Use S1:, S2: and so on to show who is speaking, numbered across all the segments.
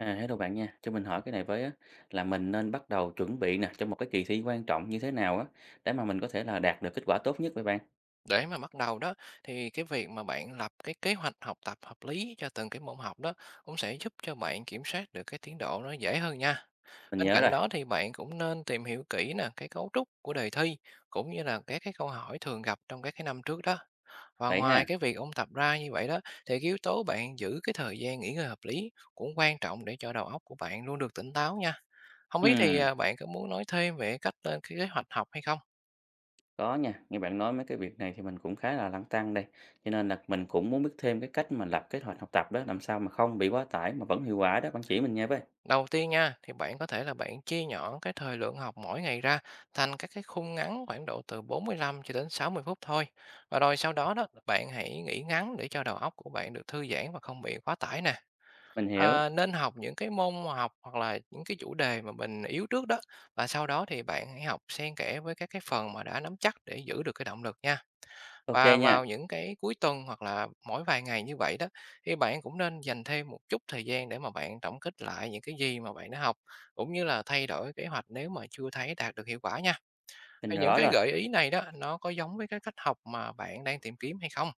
S1: À, hello bạn nha, cho mình hỏi cái này với á, là mình nên bắt đầu chuẩn bị nè cho một cái kỳ thi quan trọng như thế nào á để mà mình có thể là đạt được kết quả tốt nhất vậy bạn?
S2: Để mà bắt đầu đó thì cái việc mà bạn lập cái kế hoạch học tập hợp lý cho từng cái môn học đó cũng sẽ giúp cho bạn kiểm soát được cái tiến độ nó dễ hơn nha.
S1: Mình
S2: Bên
S1: nhớ
S2: cạnh
S1: rồi.
S2: đó thì bạn cũng nên tìm hiểu kỹ nè cái cấu trúc của đề thi cũng như là các cái câu hỏi thường gặp trong các cái năm trước đó. Và
S1: Vậy ha.
S2: ngoài cái việc ôn tập ra như vậy đó thì cái yếu tố bạn giữ cái thời gian nghỉ ngơi hợp lý cũng quan trọng để cho đầu óc của bạn luôn được tỉnh táo nha. Không biết thì
S1: Ừm,
S2: bạn có muốn nói thêm về cách lên cái kế hoạch học hay không?
S1: có nha, nghe bạn nói mấy cái việc này thì mình cũng khá là lăn tăn đây. Cho nên là mình cũng muốn biết thêm cái cách mà lập kế hoạch học tập đó làm sao mà không bị quá tải mà vẫn hiệu quả đó, bạn chỉ mình nha với.
S2: Đầu tiên nha, thì bạn có thể là bạn chia nhỏ cái thời lượng học mỗi ngày ra thành các cái khung ngắn khoảng độ từ 45 cho đến 60 phút thôi. Và rồi sau đó đó, bạn hãy nghỉ ngắn để cho đầu óc của bạn được thư giãn và không bị quá tải nè.
S1: Mình hiểu.
S2: À, nên học những cái môn học hoặc là những cái chủ đề mà mình yếu trước đó, và sau đó thì bạn hãy học xen kẽ với các cái phần mà đã nắm chắc để giữ được cái động lực nha.
S1: Ok
S2: Và
S1: nha,
S2: vào những cái cuối tuần hoặc là mỗi vài ngày như vậy đó, thì bạn cũng nên dành thêm một chút thời gian để mà bạn tổng kết lại những cái gì mà bạn đã học, cũng như là thay đổi kế hoạch nếu mà chưa thấy đạt được hiệu quả nha.
S1: mình
S2: Hay những
S1: rõ
S2: cái
S1: rồi.
S2: gợi ý này đó, nó có giống với cái cách học mà bạn đang tìm kiếm hay không?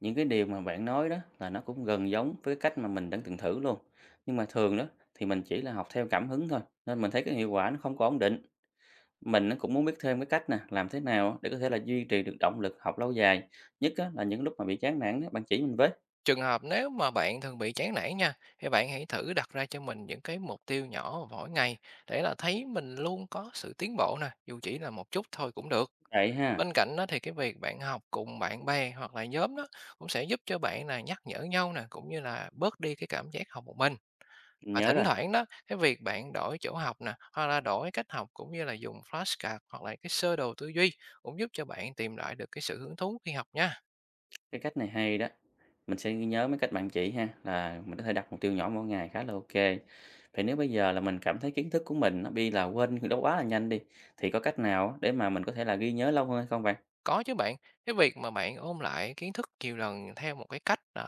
S1: Những cái điều mà bạn nói đó là nó cũng gần giống với cái cách mà mình đã từng thử luôn, nhưng mà thường đó thì mình chỉ là học theo cảm hứng thôi, nên mình thấy cái hiệu quả nó không có ổn định. Mình nó cũng muốn biết thêm cái cách nè làm thế nào để có thể là duy trì được động lực học lâu dài nhất á, là những lúc mà bị chán nản đó bạn chỉ mình với.
S2: Trường hợp nếu mà bạn thường bị chán nản nha, thì bạn hãy thử đặt ra cho mình những cái mục tiêu nhỏ mỗi ngày, để là thấy mình luôn có sự tiến bộ nè, dù chỉ là một chút thôi cũng được.
S1: Vậy
S2: Bên
S1: ha.
S2: cạnh đó thì cái việc bạn học cùng bạn bè hoặc là nhóm đó cũng sẽ giúp cho bạn là nhắc nhở nhau nè, cũng như là bớt đi cái cảm giác học một mình.
S1: Mình
S2: Và
S1: nhớ
S2: thỉnh
S1: rồi.
S2: thoảng đó, cái việc bạn đổi chỗ học nè, hoặc là đổi cách học cũng như là dùng flashcard hoặc là cái sơ đồ tư duy cũng giúp cho bạn tìm lại được cái sự hứng thú khi học nha.
S1: Cái cách này hay đó, mình sẽ ghi nhớ mấy cách bạn chỉ ha, là mình có thể đặt mục tiêu nhỏ mỗi ngày khá là ok. Vậy nếu bây giờ là mình cảm thấy kiến thức của mình nó bị là quên đó quá là nhanh đi, thì có cách nào để mà mình có thể là ghi nhớ lâu hơn hay không bạn?
S2: Có chứ bạn, cái việc mà bạn ôn lại kiến thức nhiều lần theo một cái cách,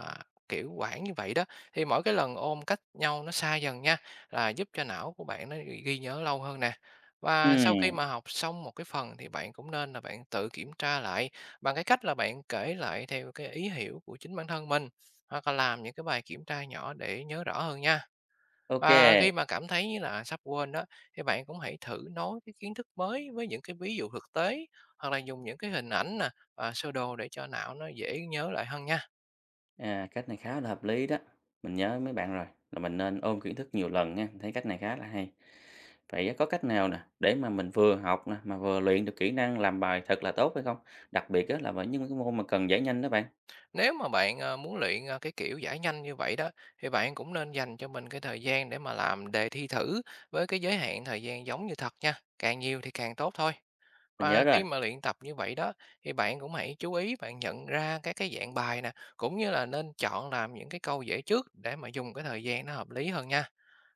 S2: kiểu quản như vậy đó, thì mỗi cái lần ôn cách nhau nó xa dần nha, là giúp cho não của bạn nó ghi ghi nhớ lâu hơn nè. Và sau khi
S1: Ừm,
S2: mà học xong một cái phần thì bạn cũng nên là bạn tự kiểm tra lại bằng cái cách là bạn kể lại theo cái ý hiểu của chính bản thân mình, hoặc là làm những cái bài kiểm tra nhỏ để nhớ rõ hơn nha.
S1: ok.
S2: Và khi mà cảm thấy như là sắp quên đó, thì bạn cũng hãy thử nói cái kiến thức mới với những cái ví dụ thực tế, hoặc là dùng những cái hình ảnh nè và sơ đồ để cho não nó dễ nhớ lại hơn nha.
S1: À, cách này khá là hợp lý đó, mình nhớ mấy bạn rồi, là mình nên ôn kiến thức nhiều lần nha. Mình thấy cách này khá là hay. Vậy có cách nào nè, để mà mình vừa học nè, mà vừa luyện được kỹ năng làm bài thật là tốt hay không? Đặc biệt á là với những cái môn mà cần giải nhanh đó bạn.
S2: Nếu mà bạn muốn luyện cái kiểu giải nhanh như vậy đó, thì bạn cũng nên dành cho mình cái thời gian để mà làm đề thi thử với cái giới hạn thời gian giống như thật nha. Càng nhiều thì càng tốt thôi.
S1: Mình nhớ
S2: Và
S1: rồi.
S2: khi mà luyện tập như vậy đó, thì bạn cũng hãy chú ý bạn nhận ra các cái dạng bài nè, cũng như là nên chọn làm những cái câu dễ trước để mà dùng cái thời gian nó hợp lý hơn nha.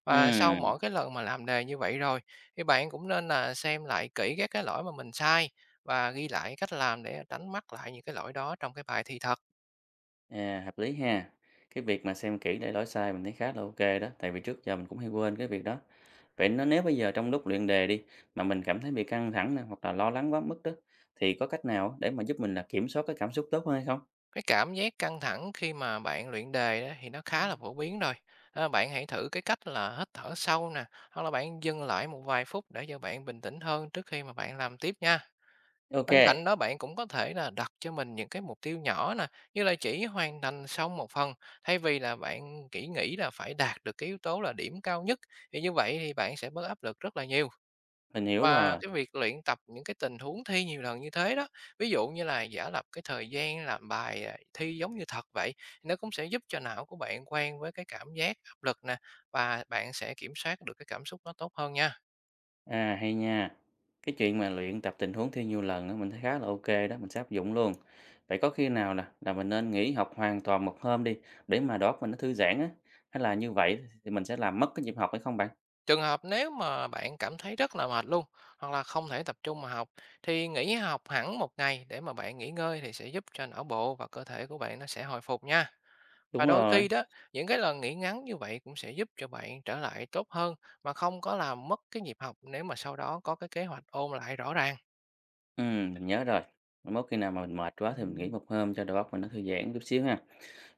S2: Và sau
S1: Ừm,
S2: mỗi cái lần mà làm đề như vậy rồi, thì bạn cũng nên là xem lại kỹ các cái lỗi mà mình sai và ghi lại cách làm để tránh mắc lại những cái lỗi đó trong cái bài thi thật.
S1: à, hợp lý ha. Cái việc mà xem kỹ để lỗi sai mình thấy khá là ok đó, tại vì trước giờ mình cũng hay quên cái việc đó. Vậy nó nếu bây giờ trong lúc luyện đề đi, mà mình cảm thấy bị căng thẳng nè, hoặc là lo lắng quá mức đó, thì có cách nào để mà giúp mình là kiểm soát cái cảm xúc tốt hơn hay không?
S2: Cái cảm giác căng thẳng khi mà bạn luyện đề đó thì nó khá là phổ biến rồi. À, bạn hãy thử cái cách là hít thở sâu nè, hoặc là bạn dừng lại một vài phút để cho bạn bình tĩnh hơn trước khi mà bạn làm tiếp nha. Bên cạnh
S1: OK,
S2: đó bạn cũng có thể là đặt cho mình những cái mục tiêu nhỏ nè, như là chỉ hoàn thành xong một phần, thay vì là bạn chỉ nghĩ là phải đạt được cái yếu tố là điểm cao nhất. Thì như vậy thì bạn sẽ bớt áp lực rất là nhiều.
S1: mình hiểu
S2: Và
S1: rồi.
S2: cái việc luyện tập những cái tình huống thi nhiều lần như thế đó, ví dụ như là giả lập cái thời gian làm bài, thi giống như thật vậy, nó cũng sẽ giúp cho não của bạn quen với cái cảm giác áp lực nè, và bạn sẽ kiểm soát được cái cảm xúc nó tốt hơn nha.
S1: À, hay nha. Cái chuyện mà luyện tập tình huống thi nhiều lần á, mình thấy khá là OK đó, mình sẽ áp dụng luôn. Vậy có khi nào nè, là mình nên nghỉ học hoàn toàn một hôm đi, để mà đầu mình nó thư giãn á, hay là như vậy thì mình sẽ làm mất cái nhịp học hay không bạn?
S2: Trường hợp nếu mà bạn cảm thấy rất là mệt luôn, hoặc là không thể tập trung mà học, thì nghỉ học hẳn một ngày để mà bạn nghỉ ngơi thì sẽ giúp cho não bộ và cơ thể của bạn nó sẽ hồi phục nha. Và
S1: Đúng
S2: đôi
S1: rồi.
S2: khi đó, những cái lần nghỉ ngắn như vậy cũng sẽ giúp cho bạn trở lại tốt hơn mà không có làm mất cái nhịp học nếu mà sau đó có cái kế hoạch ôn lại rõ ràng.
S1: Ừ, mình nhớ rồi. Mai mốt khi nào mà mình mệt quá thì mình nghỉ một hôm cho đầu óc mình nó thư giãn chút xíu ha.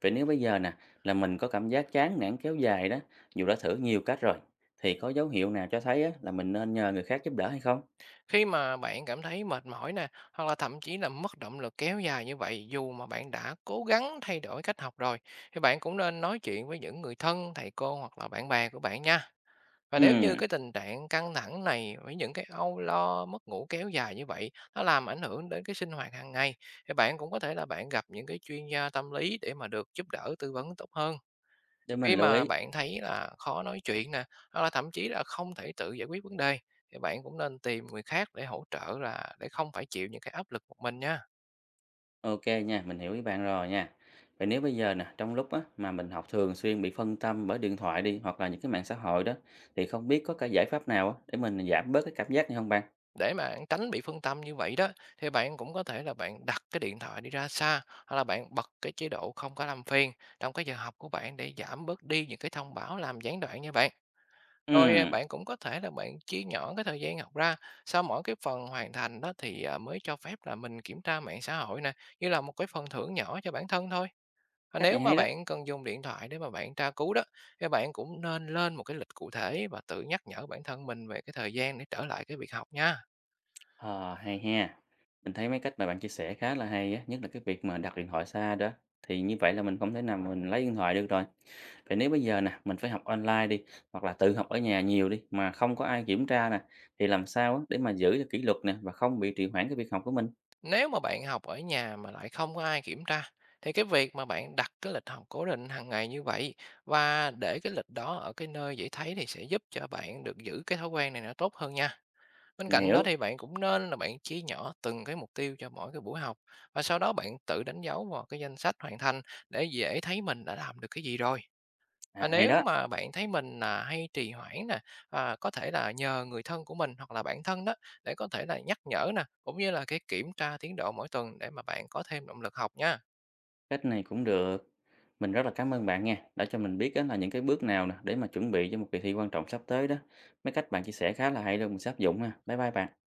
S1: Vậy nếu bây giờ nè, là mình có cảm giác chán nản kéo dài đó, dù đã thử nhiều cách rồi, thì có dấu hiệu nào cho thấy á, là mình nên nhờ người khác giúp đỡ hay không?
S2: Khi mà bạn cảm thấy mệt mỏi nè, hoặc là thậm chí là mất động lực kéo dài như vậy dù mà bạn đã cố gắng thay đổi cách học rồi, thì bạn cũng nên nói chuyện với những người thân, thầy cô hoặc là bạn bè của bạn nha. Và nếu
S1: Ừ.
S2: như cái tình trạng căng thẳng này với những cái âu lo, mất ngủ kéo dài như vậy, nó làm ảnh hưởng đến cái sinh hoạt hàng ngày, thì bạn cũng có thể là bạn gặp những cái chuyên gia tâm lý để mà được giúp đỡ tư vấn tốt hơn.
S1: Để mình
S2: Khi
S1: lưu
S2: mà
S1: ý.
S2: bạn thấy là khó nói chuyện nè, hoặc là thậm chí là không thể tự giải quyết vấn đề, thì bạn cũng nên tìm người khác để hỗ trợ, là để không phải chịu những cái áp lực một mình nha.
S1: Ok nha, mình hiểu ý bạn rồi nha. Vậy nếu bây giờ nè, trong lúc á, mà mình học thường xuyên bị phân tâm bởi điện thoại đi hoặc là những cái mạng xã hội đó, thì không biết có cái giải pháp nào á, để mình giảm bớt cái cảm giác này không bạn?
S2: Để mà bạn tránh bị phân tâm như vậy đó, thì bạn cũng có thể là bạn đặt cái điện thoại đi ra xa, hoặc là bạn bật cái chế độ không có làm phiền trong cái giờ học của bạn để giảm bớt đi những cái thông báo làm gián đoạn nha bạn. Rồi
S1: Ừm,
S2: bạn cũng có thể là bạn chia nhỏ cái thời gian học ra, sau mỗi cái phần hoàn thành đó thì mới cho phép là mình kiểm tra mạng xã hội nè, như là một cái phần thưởng nhỏ cho bản thân thôi. Và
S1: cách
S2: nếu
S1: này
S2: mà
S1: hay đó.
S2: bạn cần dùng điện thoại để mà bạn tra cứu đó, thì bạn cũng nên lên một cái lịch cụ thể và tự nhắc nhở bản thân mình về cái thời gian để trở lại cái việc học nha.
S1: Ờ, hay ha. Mình thấy mấy cách mà bạn chia sẻ khá là hay á, nhất là cái việc mà đặt điện thoại xa đó. Thì như vậy là mình không thể nào mà mình lấy điện thoại được rồi. Vậy nếu bây giờ nè, mình phải học online đi hoặc là tự học ở nhà nhiều đi mà không có ai kiểm tra nè, thì làm sao á, để mà giữ cho kỷ luật nè và không bị trì hoãn cái việc học của mình?
S2: Nếu mà bạn học ở nhà mà lại không có ai kiểm tra, thì cái việc mà bạn đặt cái lịch học cố định hàng ngày như vậy và để cái lịch đó ở cái nơi dễ thấy thì sẽ giúp cho bạn được giữ cái thói quen này nó tốt hơn nha. Bên
S1: Mình
S2: cạnh đó
S1: hiểu.
S2: thì bạn cũng nên là bạn chia nhỏ từng cái mục tiêu cho mỗi cái buổi học, và sau đó bạn tự đánh dấu vào cái danh sách hoàn thành để dễ thấy mình đã làm được cái gì rồi.
S1: À,
S2: Và
S1: hay
S2: nếu
S1: đó,
S2: mà bạn thấy mình là hay trì hoãn nè, có thể là nhờ người thân của mình hoặc là bản thân đó để có thể là nhắc nhở nè, cũng như là cái kiểm tra tiến độ mỗi tuần để mà bạn có thêm động lực học nha.
S1: cách này cũng được. Mình rất là cảm ơn bạn nha, đã cho mình biết á là những cái bước nào nè để mà chuẩn bị cho một kỳ thi quan trọng sắp tới đó. Mấy cách bạn chia sẻ khá là hay luôn, mình sẽ áp dụng ha. Bye bye bạn.